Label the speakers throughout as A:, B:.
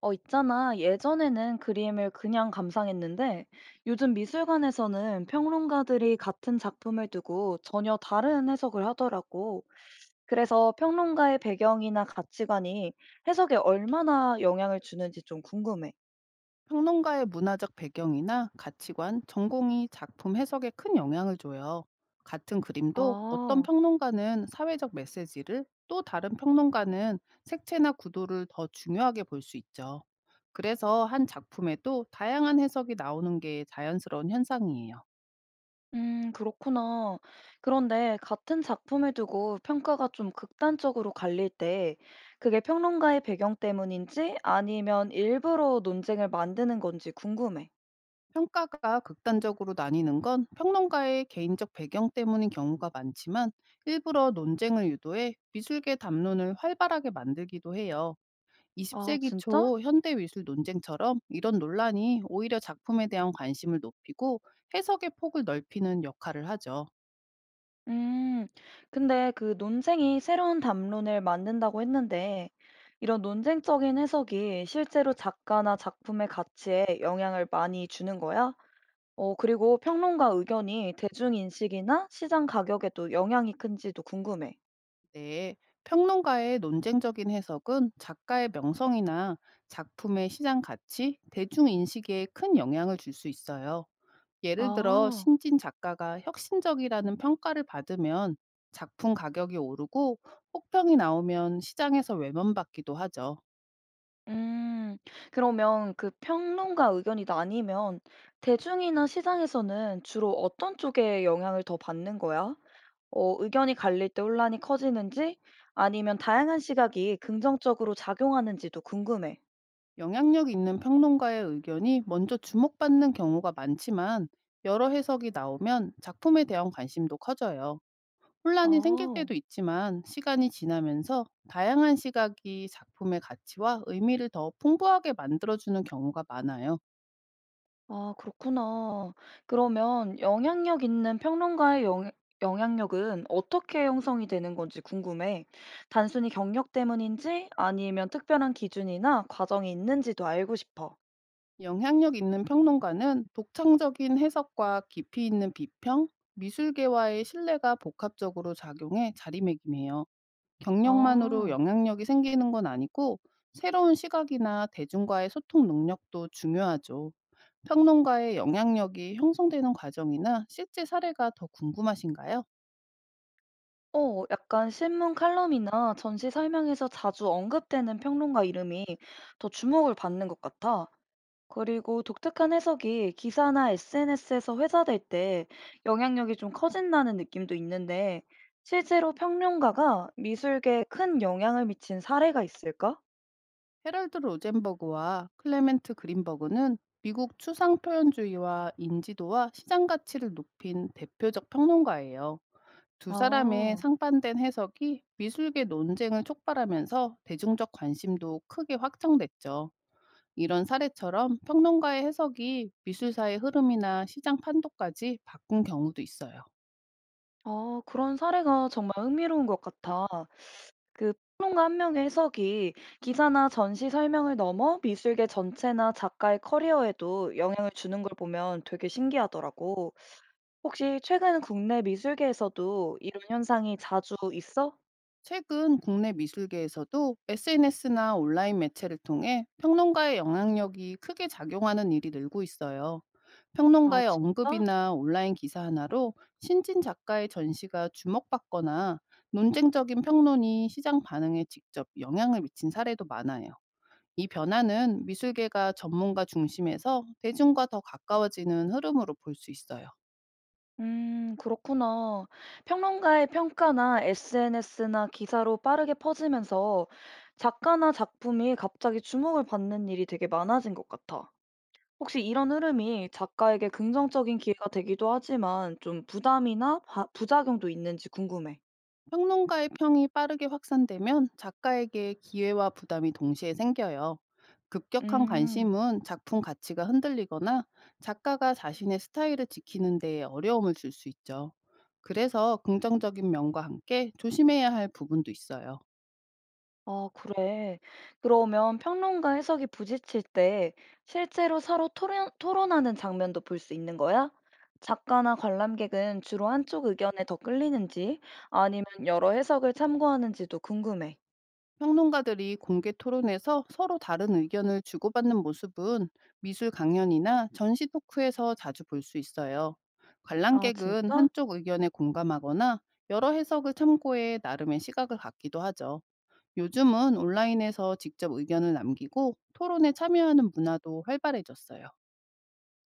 A: 있잖아. 예전에는 그림을 그냥 감상했는데 요즘 미술관에서는 평론가들이 같은 작품을 두고 전혀 다른 해석을 하더라고. 그래서 평론가의 배경이나 가치관이 해석에 얼마나 영향을 주는지 좀 궁금해.
B: 평론가의 문화적 배경이나 가치관, 전공이 작품 해석에 큰 영향을 줘요. 같은 그림도 어떤
A: 아,
B: 평론가는 사회적 메시지를, 또 다른 평론가는 색채나 구도를 더 중요하게 볼 수 있죠. 그래서 한 작품에도 다양한 해석이 나오는 게 자연스러운 현상이에요.
A: 그렇구나. 그런데 같은 작품을 두고 평가가 좀 극단적으로 갈릴 때 그게 평론가의 배경 때문인지 아니면 일부러 논쟁을 만드는 건지 궁금해.
B: 평가가 극단적으로 나뉘는 건 평론가의 개인적 배경 때문인 경우가 많지만, 일부러 논쟁을 유도해 미술계 담론을 활발하게 만들기도 해요. 20
A: 아,
B: 세기
A: 진짜?
B: 초 현대 미술 논쟁처럼, 이런 논란이 오히려 작품에 대한 관심을 높이고 해석의 폭을 넓히는 역할을 하죠.
A: 음, 근데 그 논쟁이 새로운 담론을 만든다고 했는데, 이런 논쟁적인 해석이 실제로 작가나 작품의 가치에 영향을 많이 주는 거야? 그리고 평론가 의견이 대중인식이나 시장 가격에도 영향이 큰지도 궁금해.
B: 네. 평론가의 논쟁적인 해석은 작가의 명성이나 작품의 시장 가치, 대중 인식에 큰 영향을 줄 수 있어요. 예를 들어
A: 아,
B: 신진 작가가 혁신적이라는 평가를 받으면 작품 가격이 오르고, 혹평이 나오면 시장에서 외면받기도 하죠.
A: 음, 그러면 그 평론가 의견이 나뉘면 대중이나 시장에서는 주로 어떤 쪽에 영향을 더 받는 거야? 의견이 갈릴 때 혼란이 커지는지 아니면 다양한 시각이 긍정적으로 작용하는지도 궁금해.
B: 영향력 있는 평론가의 의견이 먼저 주목받는 경우가 많지만, 여러 해석이 나오면 작품에 대한 관심도 커져요. 혼란이 생길
A: 아,
B: 때도 있지만, 시간이 지나면서 다양한 시각이 작품의 가치와 의미를 더 풍부하게 만들어주는 경우가 많아요.
A: 아, 그렇구나. 그러면 영향력 있는 평론가의 영향력은 어떻게 형성이 되는 건지 궁금해. 단순히 경력 때문인지 아니면 특별한 기준이나 과정이 있는지도 알고 싶어.
B: 영향력 있는 평론가는 독창적인 해석과 깊이 있는 비평, 미술계와의 신뢰가 복합적으로 작용해 자리매김해요. 경력만으로
A: 아,
B: 영향력이 생기는 건 아니고, 새로운 시각이나 대중과의 소통 능력도 중요하죠. 평론가의 영향력이 형성되는 과정이나 실제 사례가 더 궁금하신가요?
A: 약간 신문 칼럼이나 전시 설명에서 자주 언급되는 평론가 이름이 더 주목을 받는 것 같아. 그리고 독특한 해석이 기사나 SNS에서 회자될 때 영향력이 좀 커진다는 느낌도 있는데, 실제로 평론가가 미술계에 큰 영향을 미친 사례가 있을까?
B: 헤럴드 로젠버그와 클레멘트 그린버그는 미국 추상 표현주의와 인지도와 시장 가치를 높인 대표적 평론가예요. 두 사람의
A: 아,
B: 상반된 해석이 미술계 논쟁을 촉발하면서 대중적 관심도 크게 확장됐죠. 이런 사례처럼 평론가의 해석이 미술사의 흐름이나 시장 판도까지 바꾼 경우도 있어요.
A: 아, 그런 사례가 정말 흥미로운 것 같아. 그 평론가 한 명의 해석이 기사나 전시 설명을 넘어 미술계 전체나 작가의 커리어에도 영향을 주는 걸 보면 되게 신기하더라고. 혹시 최근 국내 미술계에서도 이런 현상이 자주 있어?
B: 최근 국내 미술계에서도 SNS나 온라인 매체를 통해 평론가의 영향력이 크게 작용하는 일이 늘고 있어요.
A: 아
B: 평론가의
A: 진짜?
B: 언급이나 온라인 기사 하나로 신진 작가의 전시가 주목받거나, 논쟁적인 평론이 시장 반응에 직접 영향을 미친 사례도 많아요. 이 변화는 미술계가 전문가 중심에서 대중과 더 가까워지는 흐름으로 볼 수 있어요.
A: 그렇구나. 평론가의 평가나 SNS나 기사로 빠르게 퍼지면서 작가나 작품이 갑자기 주목을 받는 일이 되게 많아진 것 같아. 혹시 이런 흐름이 작가에게 긍정적인 기회가 되기도 하지만 좀 부담이나 부작용도 있는지 궁금해.
B: 평론가의 평이 빠르게 확산되면 작가에게 기회와 부담이 동시에 생겨요. 급격한
A: 음.
B: 관심은 작품 가치가 흔들리거나 작가가 자신의 스타일을 지키는 데에 어려움을 줄 수 있죠. 그래서 긍정적인 면과 함께 조심해야 할 부분도 있어요.
A: 아, 그래. 그러면 평론가 해석이 부딪힐 때 실제로 서로 토론하는 장면도 볼 수 있는 거야? 작가나 관람객은 주로 한쪽 의견에 더 끌리는지 아니면 여러 해석을 참고하는지도 궁금해.
B: 평론가들이 공개 토론에서 서로 다른 의견을 주고받는 모습은 미술 강연이나 전시 토크에서 자주 볼 수 있어요.
A: 아,
B: 관람객은
A: 진짜?
B: 한쪽 의견에 공감하거나 여러 해석을 참고해 나름의 시각을 갖기도 하죠. 요즘은 온라인에서 직접 의견을 남기고 토론에 참여하는 문화도 활발해졌어요.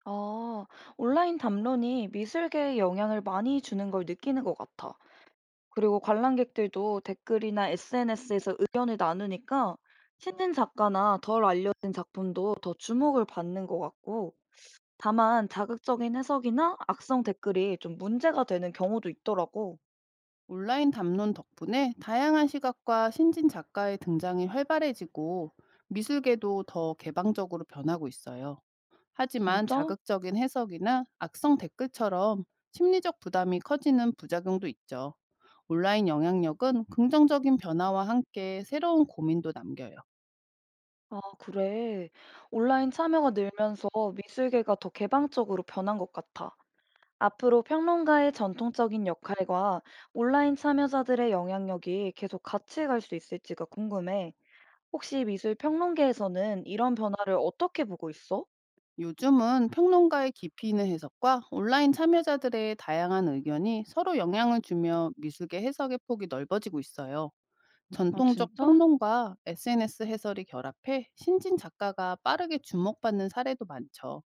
A: 아, 온라인 담론이 미술계에 영향을 많이 주는 걸 느끼는 것 같아. 그리고 관람객들도 댓글이나 SNS에서 의견을 나누니까 신인 작가나 덜 알려진 작품도 더 주목을 받는 것 같고, 다만 자극적인 해석이나 악성 댓글이 좀 문제가 되는 경우도 있더라고.
B: 온라인 담론 덕분에 다양한 시각과 신진 작가의 등장이 활발해지고, 미술계도 더 개방적으로 변하고 있어요. 하지만
A: 진짜?
B: 자극적인 해석이나 악성 댓글처럼 심리적 부담이 커지는 부작용도 있죠. 온라인 영향력은 긍정적인 변화와 함께 새로운 고민도 남겨요.
A: 아, 그래. 온라인 참여가 늘면서 미술계가 더 개방적으로 변한 것 같아. 앞으로 평론가의 전통적인 역할과 온라인 참여자들의 영향력이 계속 같이 갈 수 있을지가 궁금해. 혹시 미술 평론계에서는 이런 변화를 어떻게 보고 있어?
B: 요즘은 평론가의 깊이 있는 해석과 온라인 참여자들의 다양한 의견이 서로 영향을 주며 미술계 해석의 폭이 넓어지고 있어요.
A: 아,
B: 전통적
A: 진짜?
B: 평론과 SNS 해설이 결합해 신진 작가가 빠르게 주목받는 사례도 많죠.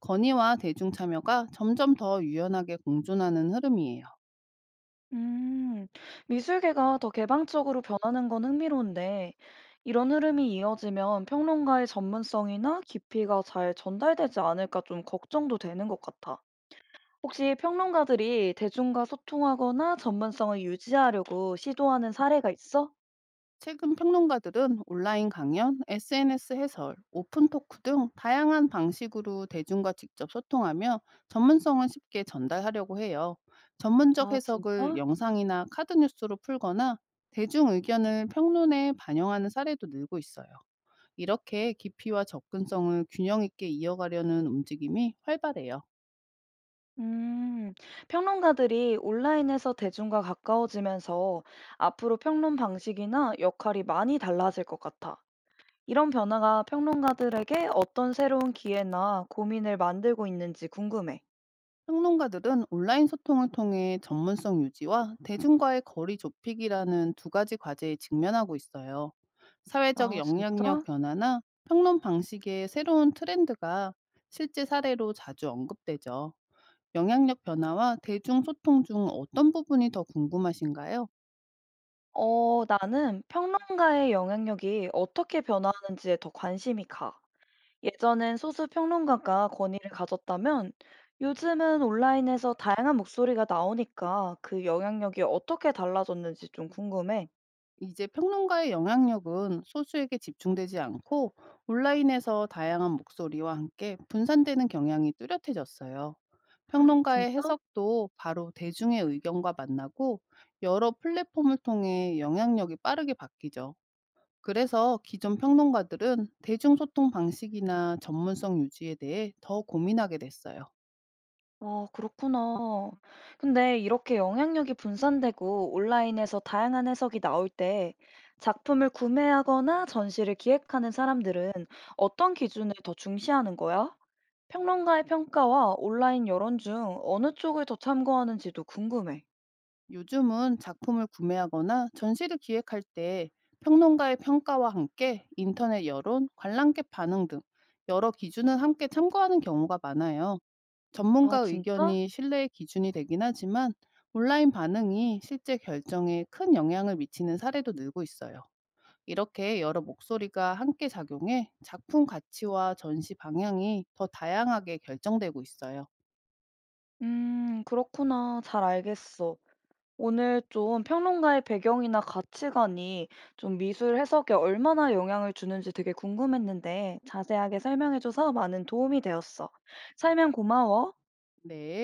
B: 건의와 대중 참여가 점점 더 유연하게 공존하는 흐름이에요.
A: 음, 미술계가 더 개방적으로 변하는 건 흥미로운데, 이런 흐름이 이어지면 평론가의 전문성이나 깊이가 잘 전달되지 않을까 좀 걱정도 되는 것 같아. 혹시 평론가들이 대중과 소통하거나 전문성을 유지하려고 시도하는 사례가 있어?
B: 최근 평론가들은 온라인 강연, SNS 해설, 오픈 토크 등 다양한 방식으로 대중과 직접 소통하며 전문성을 쉽게 전달하려고 해요. 전문적
A: 아,
B: 해석을
A: 진짜?
B: 영상이나 카드 뉴스로 풀거나, 대중 의견을 평론에 반영하는 사례도 늘고 있어요. 이렇게 깊이와 접근성을 균형 있게 이어가려는 움직임이 활발해요.
A: 음, 평론가들이 온라인에서 대중과 가까워지면서 앞으로 평론 방식이나 역할이 많이 달라질 것 같아. 이런 변화가 평론가들에게 어떤 새로운 기회나 고민을 만들고 있는지 궁금해.
B: 평론가들은 온라인 소통을 통해 전문성 유지와 대중과의 거리 좁히기라는 두 가지 과제에 직면하고 있어요. 사회적
A: 아,
B: 영향력
A: 진짜?
B: 변화나 평론 방식의 새로운 트렌드가 실제 사례로 자주 언급되죠. 영향력 변화와 대중 소통 중 어떤 부분이 더 궁금하신가요?
A: 나는 평론가의 영향력이 어떻게 변화하는지에 더 관심이 가. 예전엔 소수 평론가가 권위를 가졌다면 요즘은 온라인에서 다양한 목소리가 나오니까 그 영향력이 어떻게 달라졌는지 좀 궁금해.
B: 이제 평론가의 영향력은 소수에게 집중되지 않고, 온라인에서 다양한 목소리와 함께 분산되는 경향이 뚜렷해졌어요. 평론가의
A: 진짜?
B: 해석도 바로 대중의 의견과 만나고, 여러 플랫폼을 통해 영향력이 빠르게 바뀌죠. 그래서 기존 평론가들은 대중소통 방식이나 전문성 유지에 대해 더 고민하게 됐어요.
A: 아, 그렇구나. 근데 이렇게 영향력이 분산되고 온라인에서 다양한 해석이 나올 때 작품을 구매하거나 전시를 기획하는 사람들은 어떤 기준을 더 중시하는 거야? 평론가의 평가와 온라인 여론 중 어느 쪽을 더 참고하는지도 궁금해.
B: 요즘은 작품을 구매하거나 전시를 기획할 때, 평론가의 평가와 함께 인터넷 여론, 관람객 반응 등 여러 기준을 함께 참고하는 경우가 많아요. 전문가
A: 아, 진짜?
B: 의견이 신뢰의 기준이 되긴 하지만, 온라인 반응이 실제 결정에 큰 영향을 미치는 사례도 늘고 있어요. 이렇게 여러 목소리가 함께 작용해 작품 가치와 전시 방향이 더 다양하게 결정되고 있어요.
A: 그렇구나. 잘 알겠어. 오늘 좀 평론가의 배경이나 가치관이 좀 미술 해석에 얼마나 영향을 주는지 되게 궁금했는데 자세하게 설명해줘서 많은 도움이 되었어. 설명 고마워.
B: 네.